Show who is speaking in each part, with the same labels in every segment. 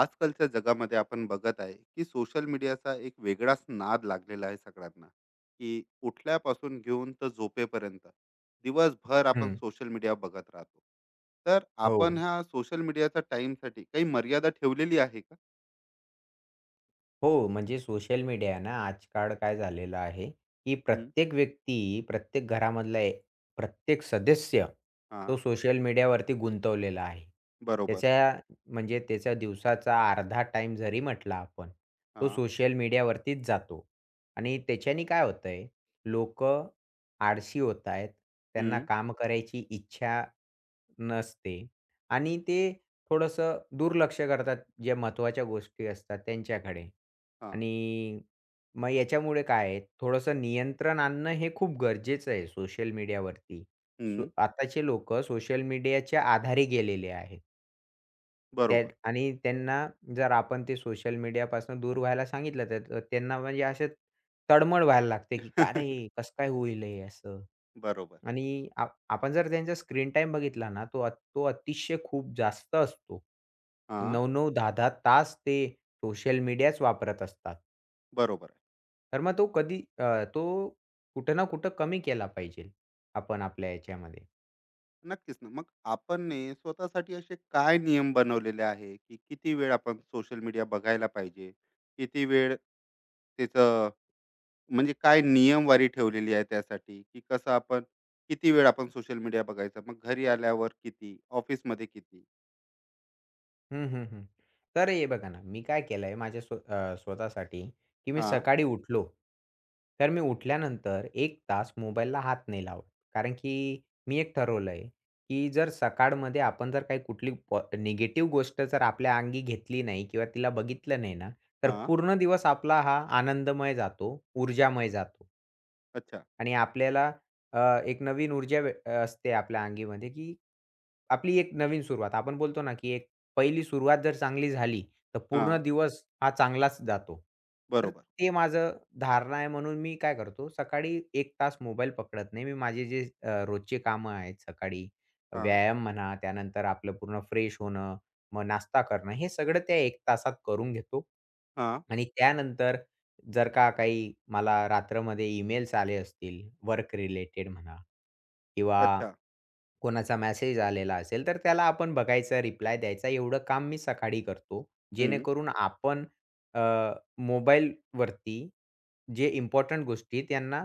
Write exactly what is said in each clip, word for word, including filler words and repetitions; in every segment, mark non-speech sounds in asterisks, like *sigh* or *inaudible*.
Speaker 1: आजकालच्या जगामध्ये आपण बघत आहे की सोशल मीडियाचा एक वेगळाच नाद लागलेला आहे सगळ्यांना, की उठल्यापासून घेऊन तर झोपेपर्यंत दिवसभर आपण
Speaker 2: हं.
Speaker 1: सोशल मीडिया बघत राहतो. तर
Speaker 2: हो.
Speaker 1: आपण ह्या सोशल मीडियाचा टाइमसाठी काही मर्यादा ठेवलेली आहे का?
Speaker 2: हो, म्हणजे सोशल मीडिया ना, आजकाल काय झालेलं आहे, की
Speaker 1: हम्म.
Speaker 2: प्रत्येक व्यक्ती, प्रत्येक घरामधला ए प्रत्येक सदस्य
Speaker 1: हा.
Speaker 2: तो सोशल मीडियावरती गुंतवलेला आहे.
Speaker 1: बरोबर.
Speaker 2: त्याच्या म्हणजे त्याच्या दिवसाचा अर्धा टाईम जरी म्हटला आपण, तो
Speaker 1: हा.
Speaker 2: सोशल मीडियावरतीच जातो आणि त्याच्याने काय होतंय, लोकं आळशी होत आहेत. त्यांना
Speaker 1: हम्म.
Speaker 2: काम करायची इच्छा नसते आणि ते थोडंसं दुर्लक्ष करतात, ज्या महत्त्वाच्या गोष्टी असतात त्यांच्याकडे.
Speaker 1: हा.
Speaker 2: आणि मग याच्यामुळे काय आहे, थोडंसं नियंत्रण आणणं हे खूप गरजेचं आहे सोशल मीडियावरती. सो
Speaker 1: हम्म.
Speaker 2: आताचे लोकं सोशल मीडियाच्या आधारे गेलेले आहेत. त्या
Speaker 1: बरोबर.
Speaker 2: आणि त्यांना जर आपण ते सोशल मीडियापासून दूर व्हायला सांगितलं, तर तर त्यांना म्हणजे असे तळमळ व्हायला लागते, की "का रे,
Speaker 1: *laughs*
Speaker 2: कसं काय होईल हे असं?"
Speaker 1: बरोबर.
Speaker 2: आणि आ आपण जर त्यांचा स्क्रीन टाईम बघितला ना, तो अ तो अतिशय खूप जास्त असतो.
Speaker 1: हा.
Speaker 2: नऊ नऊ, दहा दहा तास ते सोशल मीडियाच वापरत असतात.
Speaker 1: बरोबर.
Speaker 2: तर मग तो कधी अ, तो कुठं ना कुठं कमी केला पाहिजे आपण आपल्या याच्यामध्ये.
Speaker 1: नक्कीच ना. मग आपण नी स्वतःसाठी असे काय नियम बनवलेले आहे, की किती वेळ आपण सोशल मीडिया बघायला पाहिजे? किती वेळ त्याचं, म्हणजे काय नियमवारी ठेवलेली आहे त्यासाठी, की कसं आपण किती वेळ आपण सोशल मीडिया बघायचा? मग घरी आल्यावर किती? ऑफिसमध्ये किती?
Speaker 2: हं, हं, हं. तर हे बघा ना, मी काय केलंय माझ्या स्व अ, स्वतःसाठी, की मी
Speaker 1: हां,
Speaker 2: सकाळी उठलो, तर मी उठल्यानंतर एक तास मोबाईलला हात नाही लावत. कारण की मी एक ठरवलंय, की जर सकाळमध्ये आपण जर काही कुठली निगेटिव्ह गोष्ट जर आपल्या अंगी घेतली नाही किंवा तिला बघितलं नाही ना, तर
Speaker 1: हां.
Speaker 2: पूर्ण दिवस आपला हा आनंदमय जातो, ऊर्जामय जातो.
Speaker 1: अच्छा.
Speaker 2: आणि आपल्याला अ, एक नवीन ऊर्जा भे अ, असते आपल्या अंगीमध्ये, की आपली एक नवीन सुरुवात. आपण बोलतो ना, की एक पहिली सुरुवात जर चांगली झाली, तर पूर्ण
Speaker 1: हां.
Speaker 2: दिवस हा चांगलाच जातो. तर
Speaker 1: बरोबर.
Speaker 2: ते माझं धारणा आहे म्हणून मी काय करतो, सकाळी एक तास मोबाईल पकडत नाही. मी माझे जे अ, रोजचे कामं आहेत, सकाळी
Speaker 1: हां,
Speaker 2: व्यायाम म्हणा, त्यानंतर आपलं पूर्ण फ्रेश होणं, मग नाश्ता करणं, हे सगळं त्या एक तासात करून घेतो.
Speaker 1: हां.
Speaker 2: आणि त्यानंतर जर का काही मला रात्रमध्ये ईमेल्स आले असतील, वर्क रिलेटेड म्हणा किंवा
Speaker 1: अच्छा.
Speaker 2: कोणाचा मेसेज आलेला असेल, तर त्याला आपण बघायचा, रिप्लाय द्यायचा एवढं काम मी सकाळी करतो.
Speaker 1: हं.
Speaker 2: जेणेकरून आपण अ, मोबाईलवरती जे इम्पोर्टंट गोष्टी आहेत त्यांना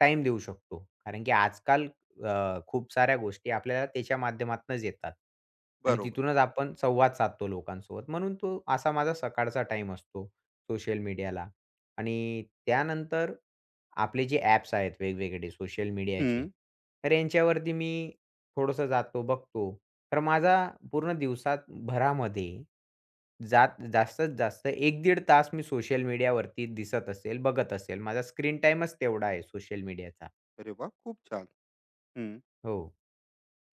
Speaker 2: टाईम देऊ शकतो. कारण की आजकाल अ, खूप साऱ्या गोष्टी आपल्याला त्याच्या माध्यमातूनच येतात आणि
Speaker 1: बरोबर.
Speaker 2: तिथूनच आपण संवाद साधतो लोकांसोबत. म्हणून तो असा माझा सकाळचा टाईम असतो सोशल मीडियाला आणि त्यानंतर आपले जे ॲप्स आहेत वेगवेगळे सोशल मीडियाचे,
Speaker 1: हं.
Speaker 2: तर यांच्यावरती मी थोडंसं जातो, बघतो. तर माझा पूर्ण दिवसात भरामध्ये जात जास्तीत जास्त एक पंधरा तास मी सोशल मीडियावरती दिसत असेल, बघत असेल. माझा स्क्रीन टाईमच तेवढा आहे सोशल मीडियाचा.
Speaker 1: अरे वाह! खूप छान. हं.
Speaker 2: हो.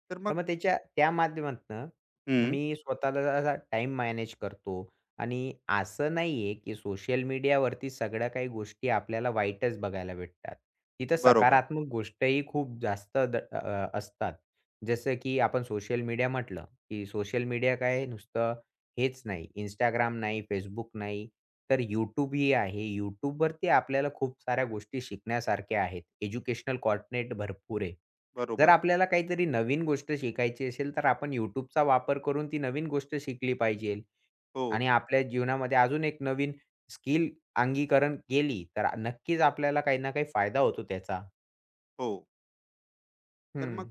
Speaker 1: तर
Speaker 2: तर
Speaker 1: मग
Speaker 2: मग त्याच्या त्या माध्यमातनं
Speaker 1: हं.
Speaker 2: मी स्वतःला असा टाईम मॅनेज करतो. आणि असं नाहीये, की सोशल मीडियावरती सगळ्या काही गोष्टी आपल्याला वाईटच बघायला भेटतात. तिथं
Speaker 1: बरोबर,
Speaker 2: सकारात्मक गोष्टही खूप जास्त द अ, असतात. जसं की आपण सोशल मीडिया म्हटलं, की सोशल मीडिया काय नुसतं हेच नाही. Instagram नाही, Facebook नाही, तर YouTube ही आहे. YouTubeवरती आपल्याला खूप साऱ्या गोष्टी शिकण्यासारख्या आहेत. एज्युकेशनल कॉन्टेंट भरपूर आहे. जर
Speaker 1: बरोबर.
Speaker 2: आपल्याला काहीतरी नवीन गोष्ट शिकायची असेल, तर आपण YouTubeचा वापर करून ती नवीन गोष्ट शिकली पाहिजे
Speaker 1: हो,
Speaker 2: आणि आपल्या जीवनामध्ये अजून एक नवीन स्किल अंगीकरण केली, तर नक्कीच आपल्याला काही ना काही फायदा होतो त्याचा.
Speaker 1: हो. तर
Speaker 2: हं,
Speaker 1: मग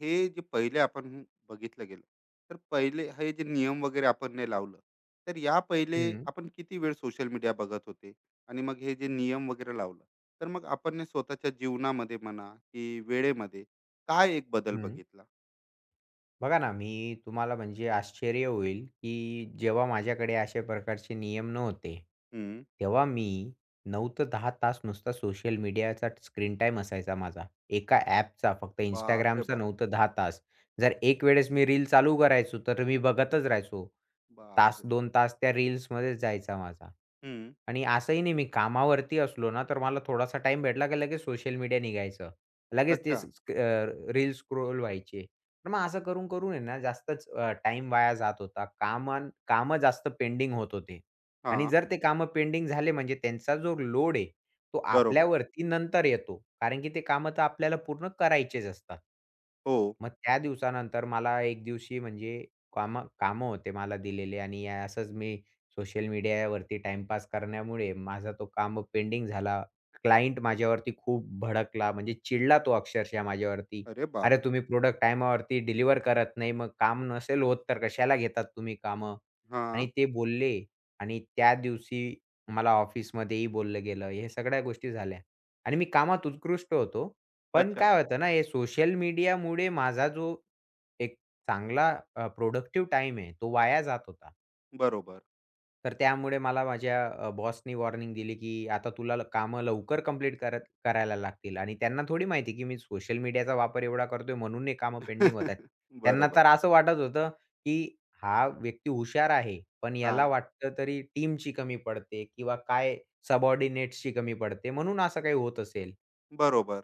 Speaker 1: हे जे पहिले आपण बघितलं गेलं, तर पहिले हे जे नियम वगैरे आपण नाही लावलं, तर या पहिले
Speaker 2: हं,
Speaker 1: आपण किती वेळ सोशल मीडिया बघत होते, आणि मग हे जे नियम वगैरे लावलं, तर मग आपण ने स्वतःच्या जीवनामध्ये म्हणा की वेळेमध्ये काय एक बदल
Speaker 2: हं.
Speaker 1: बघितला?
Speaker 2: बघा ना, मी तुम्हाला म्हणजे आश्चर्य होईल, की जेव्हा माझ्याकडे अशा प्रकारचे नियम नव्हते,
Speaker 1: हम्म.
Speaker 2: तेव्हा मी नऊ ते दहा तास नुसता सोशल मीडियाचा स्क्रीन टाईम असायचा माझा. एका ॲपचा फक्त
Speaker 1: बापरे
Speaker 2: Instagramचा
Speaker 1: बाप.
Speaker 2: नऊ ते दहा तास. जर एक वेळेस मी रील चालू करायचो, तर मी बघतच राहायचो. तास
Speaker 1: बापरे.
Speaker 2: दोन तास त्या रील्समध्येच जायचा माझा.
Speaker 1: हम्म.
Speaker 2: आणि असंही नाही मी कामावरती असलो ना, तर मला थोडासा टाईम भेटला, की लगेच सोशल मीडिया निघायचं. लगेच ते
Speaker 1: अच्छा.
Speaker 2: स स्क्रोल व्हायचे. तर मग असं करून, करून आहे ना जास्तच अ, टाईम वाया जात होता. कामान कामं जास्त पेंडिंग होत होते
Speaker 1: हा.
Speaker 2: आणि जर ते कामं पेंडिंग झाले म्हणजे त्यांचा जो लोड आहे, तो
Speaker 1: बरोबर.
Speaker 2: आपल्यावरती नंतर येतो. कारण की ते कामं तर आपल्याला पूर्ण करायचेच असतात.
Speaker 1: हो.
Speaker 2: मग त्या दिवसानंतर मला एक दिवशी म्हणजे कामं कामं होते मला दिलेले आणि या- असंच मी सोशल मीडियावरती टाईमपास करण्यामुळे माझा तो कामं पेंडिंग झाला. क्लायंट माझ्यावरती खूप भडकला म्हणजे चिडला तो अक्षरशः माझ्यावरती.
Speaker 1: अरे
Speaker 2: अरे,
Speaker 1: बापरे.
Speaker 2: तुम्ही प्रॉडक्ट टाईमावरती डिलिव्हर करत नाही, मग काम नसेल होत तर कशाला घेतात तुम्ही कामं?
Speaker 1: हा.
Speaker 2: आणि ते बोलले आणि त्या दिवशी मला ऑफिसमध्येही बोललं गेलं. हे सगळ्या गोष्टी झाल्या आणि मी कामात उत्कृष्ट होतो. पण
Speaker 1: अच्छा.
Speaker 2: काय होतं ना, हे सोशल मीडियामुळे माझा जो एक चांगला प्रोडक्टिव्ह टाईम आहे, तो वाया जात होता.
Speaker 1: बरोबर.
Speaker 2: तर त्यामुळे मला माझ्या अ, बॉसनी वॉर्निंग दिली, की आता तुला ल कामं लवकर कंप्लीट करत करायला लागतील आणि त्यांना थोडी माहिती, की मी सोशल मीडियाचा वापर एवढा करतोय म्हणून हे कामं पेंडिंग होत आहेत.
Speaker 1: *laughs*
Speaker 2: त्यांना
Speaker 1: बरोबर.
Speaker 2: तर असं वाटत होतं, की हा व्यक्ती हुशार आहे, पण
Speaker 1: हा.
Speaker 2: याला वाटतं तरी टीमची कमी पडते किंवा काय सबऑर्डिनेट्सची कमी पडते म्हणून असं काही होत असेल.
Speaker 1: बरोबर.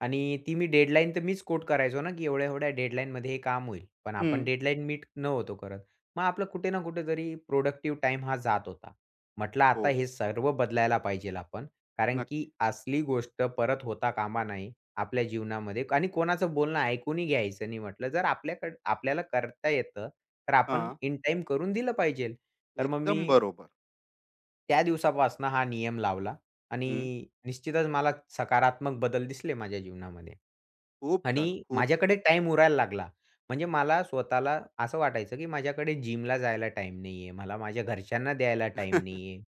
Speaker 2: आणि ती मी डेडलाईन तर मीच कोट करायचो ना, की एवढ्या-एवढ्या डेडलाईनमध्ये हे काम होईल. पण आपण
Speaker 1: हम्म.
Speaker 2: डेडलाईन मीट नव्हतो करत. मग आपलं कुठे ना कुठेतरी प्रोडक्टिव्ह टाईम हा जात होता. म्हटलं
Speaker 1: हो.
Speaker 2: आता हे सर्व बदलायला पाहिजेल आपण. कारण
Speaker 1: नक्की.
Speaker 2: की असली गोष्ट परत होता कामा नये आपल्या जीवनामध्ये आणि कोणाचं बोलणं ऐकूनही घ्यायचं नाही म्हटलं. जर आपल्याकडं आपल्याला करता येतं, तर आपण
Speaker 1: हां,
Speaker 2: इन टाईम करून दिलं पाहिजेल. तर मग
Speaker 1: एकदम
Speaker 2: मी
Speaker 1: बरोबर.
Speaker 2: त्या दिवसापासनं हा नियम लावला
Speaker 1: हं.
Speaker 2: आणि निश्चितच मला सकारात्मक बदल दिसले माझ्या जीवनामध्ये.
Speaker 1: खूप छान,
Speaker 2: आणि
Speaker 1: खूप छान.
Speaker 2: माझ्याकडे टाईम उरायला लागला. म्हणजे मला स्वतःला असं वाटायचं, की माझ्याकडे जिमला जायला टाईम नाहीये, मला माझ्या घरच्यांना द्यायला टाईम
Speaker 1: *laughs*
Speaker 2: नाहीये,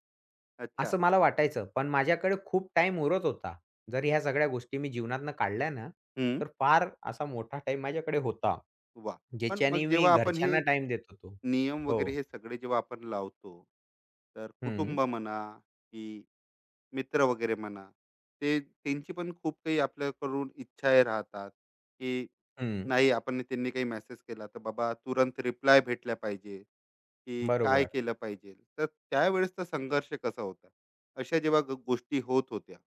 Speaker 1: अच्छा.
Speaker 2: असं मला वाटायचं. पण माझ्याकडे खूप टाईम उरत होता. जर ह्या सगळ्या गोष्टी मी जीवनातनं काढल्या ना,
Speaker 1: हं.
Speaker 2: तर फार असा मोठा टाईम माझ्याकडे होता.
Speaker 1: वाह! पण
Speaker 2: ज्याच्याने
Speaker 1: मग
Speaker 2: मी
Speaker 1: जेव्हा आपण हे
Speaker 2: घरच्यांना टाईम देत होतो.
Speaker 1: नियम वगैरे
Speaker 2: हो.
Speaker 1: हे सगळे जेव्हा आपण लावतो, तर
Speaker 2: हं,
Speaker 1: कुटुंब म्हणा की मित्र वगैरे म्हणा, ते त्यांची पण खूप काही आपल्याकडून इच्छाही राहतात, की
Speaker 2: हं.
Speaker 1: नाही आपण त्यांनी काही मेसेज केला तर बाबा तुरंत रिप्लाय भेटला पाहिजे, की काय
Speaker 2: बरोबर.
Speaker 1: केलं पाहिजे? तर त्यावेळेसचा संघर्ष कसा होता, अशा जेव्हा ग- गोष्टी होत होत्या,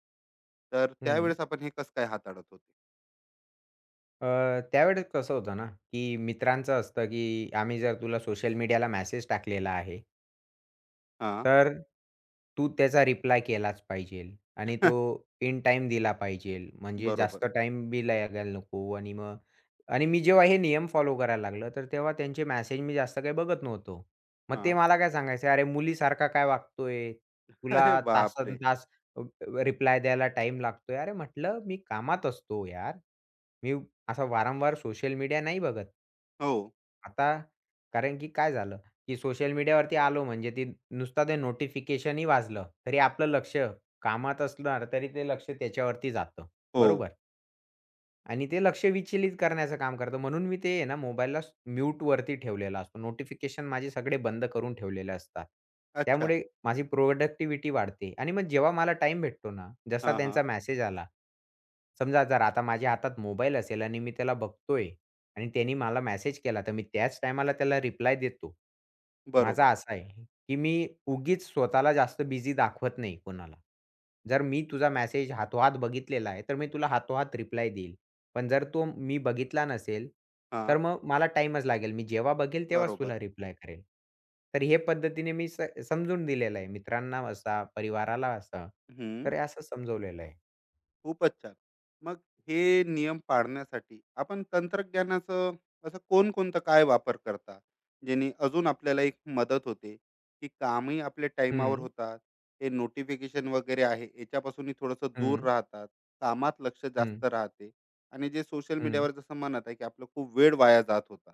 Speaker 1: तर त्यावेळेस आपण हे कसं काय हाताळत होते?
Speaker 2: अ, त्यावेळेस कसं होतं ना, की मित्रांचं असतं, की आम्ही जर तुला सोशल मीडियाला मेसेज टाकलेला आहे,
Speaker 1: हा.
Speaker 2: तर तू त्याचा रिप्लाय केलाच पाहिजेल आणि तो
Speaker 1: *laughs*
Speaker 2: इन टाईम दिला पाहिजेल. म्हणजे
Speaker 1: बरोबर.
Speaker 2: जास्त टाईम बी लागायला नको आणि मग आणि मी जेव्हा हे नियम फॉलो करायला लागलो, तर तेव्हा त्यांचे मेसेज मी जास्त काही बघत नव्हतो. मग
Speaker 1: हा.
Speaker 2: ते मला काय सांगायचे, "अरे मुलीसारखा काय वागतोय?
Speaker 1: अरे
Speaker 2: तुला
Speaker 1: बापरे.
Speaker 2: तासंतास अ, रिप्लाय द्यायला टाईम लागतोय." अरे म्हटलं, "मी कामात असतो यार. मी असा वारंवार सोशल मीडिया नाही बघत."
Speaker 1: हो.
Speaker 2: आता कारण की काय झालं की सोशल मीडियावरती आलो म्हणजे ती नुसता ते नोटिफिकेशनही वाजलं, तरी आपलं लक्ष कामात असणार तरी ते लक्ष त्याच्यावरती जातं.
Speaker 1: हो.
Speaker 2: बरोबर? आणि ते लक्ष विचलित करण्याचं काम करतं. म्हणून मी ते आहे ना मोबाईलला स- म्यूटवरती ठेवलेला असतो. नोटिफिकेशन माझे सगळे बंद करून ठेवलेले असतात.
Speaker 1: अच्छा.
Speaker 2: त्यामुळे माझी प्रोडक्टिव्हिटी वाढते आणि मग जेव्हा मला टाइम भेटतो ना, जसा
Speaker 1: हा हा.
Speaker 2: त्यांचा मेसेज आला, समजा जर आता माझ्या हातात मोबाईल असेल आणि मी त्याला बघतोय आणि त्यांनी मला मेसेज केला, तर मी त्याच टाईमाला त्याला रिप्लाय देतो. माझा
Speaker 1: बरोबर.
Speaker 2: असा आहे, की मी उगीच स्वतःला जास्त बिझी दाखवत नाही कोणाला. जर मी तुझा मेसेज हातोहात बघितलेला आहे, तर मी तुला हातोहात रिप्लाय देईल. पण जर तो मी बघितला नसेल,
Speaker 1: हा.
Speaker 2: तर मग मला टाईमच लागेल. मी जेव्हा बघेल तेव्हाच
Speaker 1: बरोबर.
Speaker 2: तुला रिप्लाय करेल. तर हे पद्धतीने मी स समजून दिलेलं आहे. मित्रांना असा, परिवाराला असा. तर हे असं समजवलेलं आहे.
Speaker 1: खूपच छान. मग हे नियम पाळण्यासाठी आपण तंत्रज्ञानाचं असं कोणकोणतं काय वापर करता? ज्याने अजून आपल्याला एक मदत होते, की कामही आपल्या टाईमावर
Speaker 2: हं,
Speaker 1: होतात, हे नोटिफिकेशन वगैरे आहे याच्यापासूनही थोडंसं दूर
Speaker 2: हं,
Speaker 1: राहतात, कामात लक्ष
Speaker 2: हं,
Speaker 1: जास्त राहते, आणि जे सोशल
Speaker 2: हं,
Speaker 1: मीडियावर जसं म्हणत आहे, की आपला खूप वेळ वाया जात होता,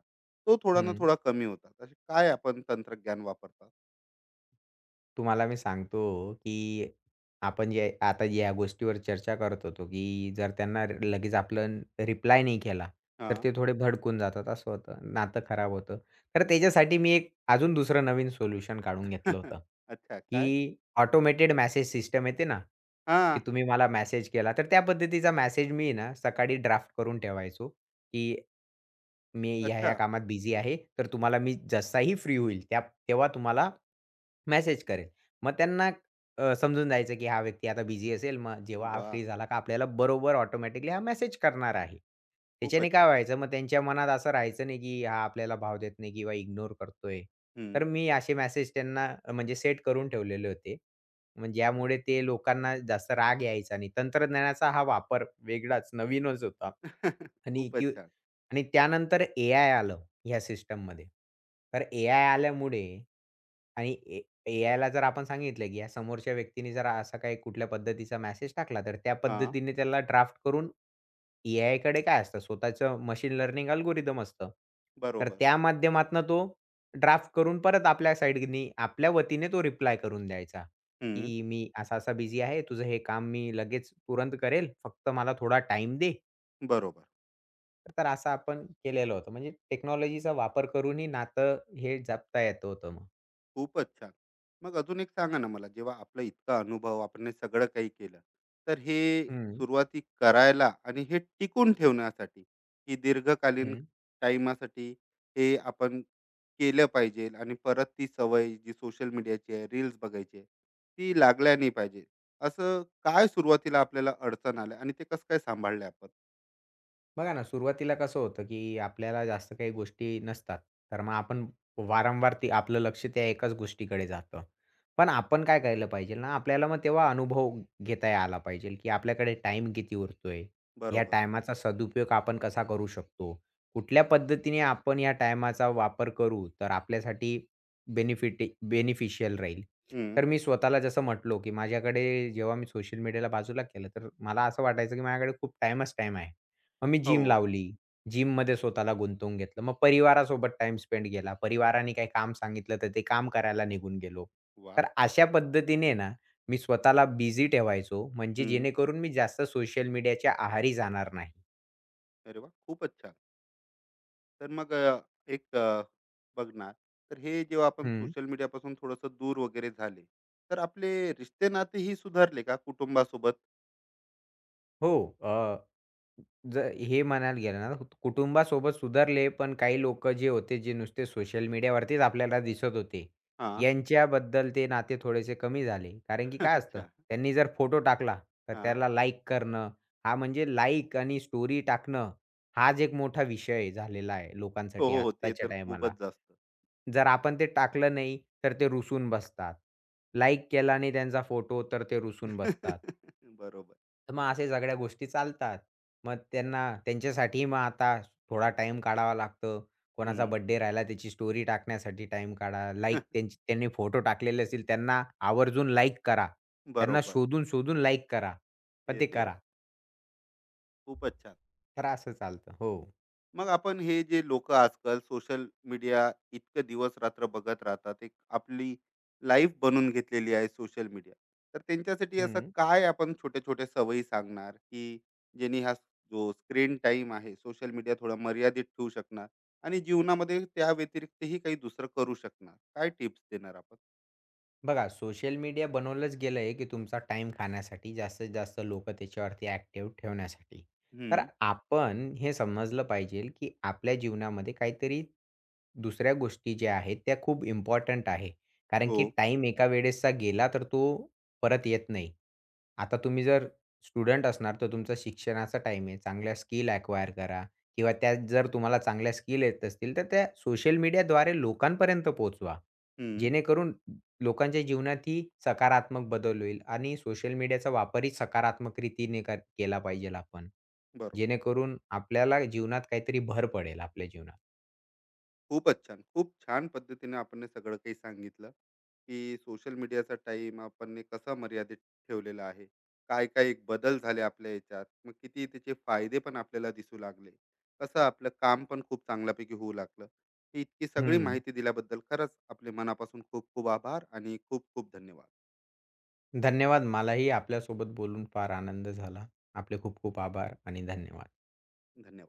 Speaker 1: तो थोडा ना
Speaker 2: हं.
Speaker 1: थोडा कमी होता. असे काय आपण तंत्रज्ञान वापरतात?
Speaker 2: तुम्हाला मी सांगतो, की आपण जे आता या गोष्टीवर चर्चा करत होतो, की जर त्यांना र- लगेच आपण रिप्लाय नाही केला, तर
Speaker 1: हां.
Speaker 2: ते थोडे भडकून जातात असं होतं. नातं खराब होतं. तर त्याच्यासाठी मी एक अजून दुसरं नवीन सोल्युशन काढून घेतलं
Speaker 1: *laughs*
Speaker 2: होतं,
Speaker 1: अच्छा काय?
Speaker 2: की ऑटोमेटेड मेसेज सिस्टम येते ना,
Speaker 1: हां.
Speaker 2: की तुम्ही मला मेसेज केला. तर त्या पद्धतीचा मेसेज मी ना सकाळी ड्राफ्ट करून ठेवायचो की मी ह्या-ह्या
Speaker 1: अच्छा.
Speaker 2: कामात बिझी आहे. तर तुम्हाला मी जसाही फ्री होईल त्या तेव्हा तुम्हाला मेसेज करेल. मग त्यांना अ, समजून जायचं की हा व्यक्ती आता बिझी असेल. मग जेव्हा हा
Speaker 1: वाह!
Speaker 2: फ्री झाला का आपल्याला बरोबर ऑटोमॅटिकली हा मेसेज करणार आहे. त्याच्याने
Speaker 1: खूपच
Speaker 2: काय
Speaker 1: छान.
Speaker 2: व्हायचं मग त्यांच्या मनात असं राहायचं नाही की हा आपल्याला भाव देत नाही किंवा इग्नोर करतोय. तर मी असे मेसेज त्यांना अ, म्हणजे सेट करून ठेवलेले होते. म्हणजे ज्यामुळे ते लोकांना जास्त राग यायचा नाही. तंत्रज्ञानाचा हा वापर वेगळाच नवीनच होता
Speaker 1: *laughs*
Speaker 2: आणि
Speaker 1: खूपच
Speaker 2: की
Speaker 1: छान.
Speaker 2: आणि त्यानंतर एआय आलं ह्या सिस्टममध्ये. तर एआय आल्यामुळे आणि ए एआयला जर आपण सांगितलं, की या समोरच्या व्यक्तीने जर असा काही कुठल्या पद्धतीचा मेसेज टाकला, तर त्या
Speaker 1: हां,
Speaker 2: पद्धतीने त्याला ड्राफ्ट करून एआयकडे काय असतं स्वतःचं मशीन लर्निंग अल्गोरिदम असतं. तर
Speaker 1: बरोबर.
Speaker 2: त्या माध्यमातनं तो ड्राफ्ट करून परत आपल्या साइडनी आपल्या वतीने तो रिप्लाय करून द्यायचा,
Speaker 1: हं,
Speaker 2: की "मी असा-असा बिझी आहे. तुझं हे काम मी लगेच तुरंत करेल. फक्त मला थोडा टाईम दे."
Speaker 1: बरोबर.
Speaker 2: तर असं आपण केलेलं होतं. म्हणजे टेक्नॉलॉजीचा वापर करूनही नातं हे जपता येत होतं मग.
Speaker 1: खूपच छान. मग अजून एक सांगा ना मला, जेव्हा आपला इतका अनुभव, आपण हे सगळं काही केलं, तर हे
Speaker 2: हं,
Speaker 1: सुरुवाती करायला आणि हे टिकून ठेवण्यासाठी, की दीर्घकालीन
Speaker 2: हं.
Speaker 1: टाईमासाठी हे आपण केलं पाहिजे, आणि परत ती सवय जी सोशल मीडियाची आहे, रील्स बघायची आहे, ती लागल्या नाही पाहिजे. असं काय सुरुवातीला आपल्याला अडचण आल्या आणि ते कसं काय सांभाळलं आपण?
Speaker 2: बघा ना, सुरुवातीला कसं होतं, की आपल्याला जास्त काही गोष्टी नसतात. तर मग आपण वारंवार ते आपलं लक्ष त्या एकाच गोष्टीकडे जातं. पण आपण काय करायला पाहिजे ना, आपल्याला मग तेव्हा अनुभव घेता आला पाहिजे, की आपल्याकडे टाईम किती उरतोय? या
Speaker 1: बरोबर.
Speaker 2: टायमाचा सदुपयोग आपण कसा करू शकतो? कुठल्या पद्धतीने आपण या टाईमाचा वापर करू, तर आपल्यासाठी बेनिफिट बेनिफिशियल राहील.
Speaker 1: हं.
Speaker 2: तर मी स्वतःला जसं म्हटलो, की माझ्याकडे जेव्हा मी सोशल मीडियाला बाजूला केलं, तर मला असं वाटायचं, की माझ्याकडे खूप टाईमच टाईम आहे. मग मी
Speaker 1: हो.
Speaker 2: जिम लावली. जिममध्ये स्वतःला गुंतवून घेतलं. मग परिवारासोबत टाइम स्पेंड केला. परिवाराने काही काम सांगितलं, तर ते काम करायला निघून गेलो. तर
Speaker 1: वाह!
Speaker 2: अशा पद्धतीने ना, मी स्वतःला बिझी ठेवायचो, म्हणजे जेणेकरून मी जास्त सोशल मीडियाच्या आहारी जाणार नाही.
Speaker 1: अरे वा खूपच छान. तर मग अ, एक अ, बघणार, तर हे जेव्हा आपण
Speaker 2: हं.
Speaker 1: सोशल मीडियापासून थोडंसं दूर वगैरे झाले, तर आपले रिश्ते नातेही सुधारले का कुटुंबासोबत?
Speaker 2: हो. अ, जर हे म्हणायला गेलं ना, कुटुंबासोबत सुधारले, पण काही लोकं जे होते, जे नुसते सोशल मीडियावरतीच आपल्याला दिसत होते,
Speaker 1: हा.
Speaker 2: यांच्याबद्दल ते नाते थोडेसे कमी झाले. कारण की
Speaker 1: *laughs*
Speaker 2: काय असतं,
Speaker 1: अच्छा.
Speaker 2: त्यांनी जर फोटो टाकला, तर
Speaker 1: हा.
Speaker 2: त्याला लाईक करणं, हा म्हणजे लाईक आणि स्टोरी टाकणं, हाच एक मोठा विषय झालेला आहे
Speaker 1: हो.
Speaker 2: लोकांसाठी
Speaker 1: हो हो, ते
Speaker 2: आत्ताच्या
Speaker 1: तर
Speaker 2: टायमाला.
Speaker 1: खूपच जास्त.
Speaker 2: जर आपण ते टाकलं नाही, तर ते रुसून बसतात. लाईक केला नाही त्यांचा फोटो, तर ते रुसून बसतात.
Speaker 1: *laughs* बरोबर.
Speaker 2: तर मग अशा सगळ्या गोष्टी चालतात. मग त्यांना त्यांच्यासाठी मग आता थोडा टाइम काढावा लागतो. कोणाचा
Speaker 1: हम्म.
Speaker 2: बर्थडे राहिला त्याची स्टोरी टाकण्यासाठी टाईम काढा. लाइक
Speaker 1: *laughs*
Speaker 2: त्यांची त्यांनी फोटो टाकलेले असतील त्यांना आवर्जून लाईक करा. त्यांना
Speaker 1: बरोबर.
Speaker 2: शोधून, शोधून लाइक करा. पण
Speaker 1: हे
Speaker 2: ते
Speaker 1: देवा.
Speaker 2: करा.
Speaker 1: खूपच छान.
Speaker 2: तर असं चालतं. हो.
Speaker 1: मग आपण हे जे लोक आजकाल सोशल मीडिया इतकं दिवस रात्र बघत राहतात, एक आपली लाईफ बनून घेतलेली आहे सोशल मीडिया, तर त्यांच्यासाठी असं
Speaker 2: हं.
Speaker 1: काय आपण छोट्या छोट्या सवयी सांगणार, की ज्यांनी हा जो स्क्रीन टाइम आहे सोशल मीडिया थोडा मर्यादित ठेवू शकणार, आणि जीवनामध्ये त्या व्यतिरिक्तही काही दुसरं करू शकणार? काय टिप्स देणार आपण?
Speaker 2: बघा, सोशल मीडिया बनवलंच गेलं आहे, की तुमचा टाइम खाण्यासाठी, जास्तीत जास्त लोकं त्याच्यावरती ॲक्टिव्ह ठेवण्यासाठी. तर
Speaker 1: हम्म.
Speaker 2: आपण हे समजलं पाहिजे, की आपल्या जीवनामध्ये काहीतरी दुसऱ्या गोष्टी ज्या आहेत, त्या खूप इम्पॉर्टंट आहे. कारण
Speaker 1: हो.
Speaker 2: की टाईम एका वेळेसचा गेला, तर तो परत येत नाही. आता तुम्ही जर स्टुडंट असणार, तर तुमचा शिक्षणाचा टाईम आहे. चांगल्या स्किल अॅक्वायर करा किंवा त्या जर तुम्हाला चांगल्या स्किल येत असतील, तर त्या सोशल मीडियाद्वारे लोकांपर्यंत पोहोचवा.
Speaker 1: हम्म.
Speaker 2: जेणेकरून लोकांच्या जीवनातही सकारात्मक बदल होईल आणि सोशल मीडियाचा वापरही सकारात्मक रीतीने कर केला पाहिजेल आपण.
Speaker 1: बरोबर.
Speaker 2: जेणेकरून आपल्याला जीवनात काहीतरी भर पडेल आपल्या जीवनात.
Speaker 1: खूपच छान. खूप छान पद्धतीने आपण हे सगळं काही सांगितलं, की सोशल मीडियाचा टाईम आपण ने कसा मर्यादित ठेवलेला आहे. काय-काय एक बदल झाले आपल्या ह्याच्यात. मग किती त्याचे फायदे पण आपल्याला दिसू लागले. कसं आपलं काम पण खूप चांगल्यापैकी होऊ लागलं. ही इतकी सगळी
Speaker 2: हं.
Speaker 1: माहिती दिल्याबद्दल खरंच आपले मनापासून खूप खूप आभार आणि खूप खूप धन्यवाद.
Speaker 2: धन्यवाद. मलाही आपल्यासोबत बोलून फार आनंद झाला. आपले खूप खूप आभार आणि धन्यवाद.
Speaker 1: धन्यवाद.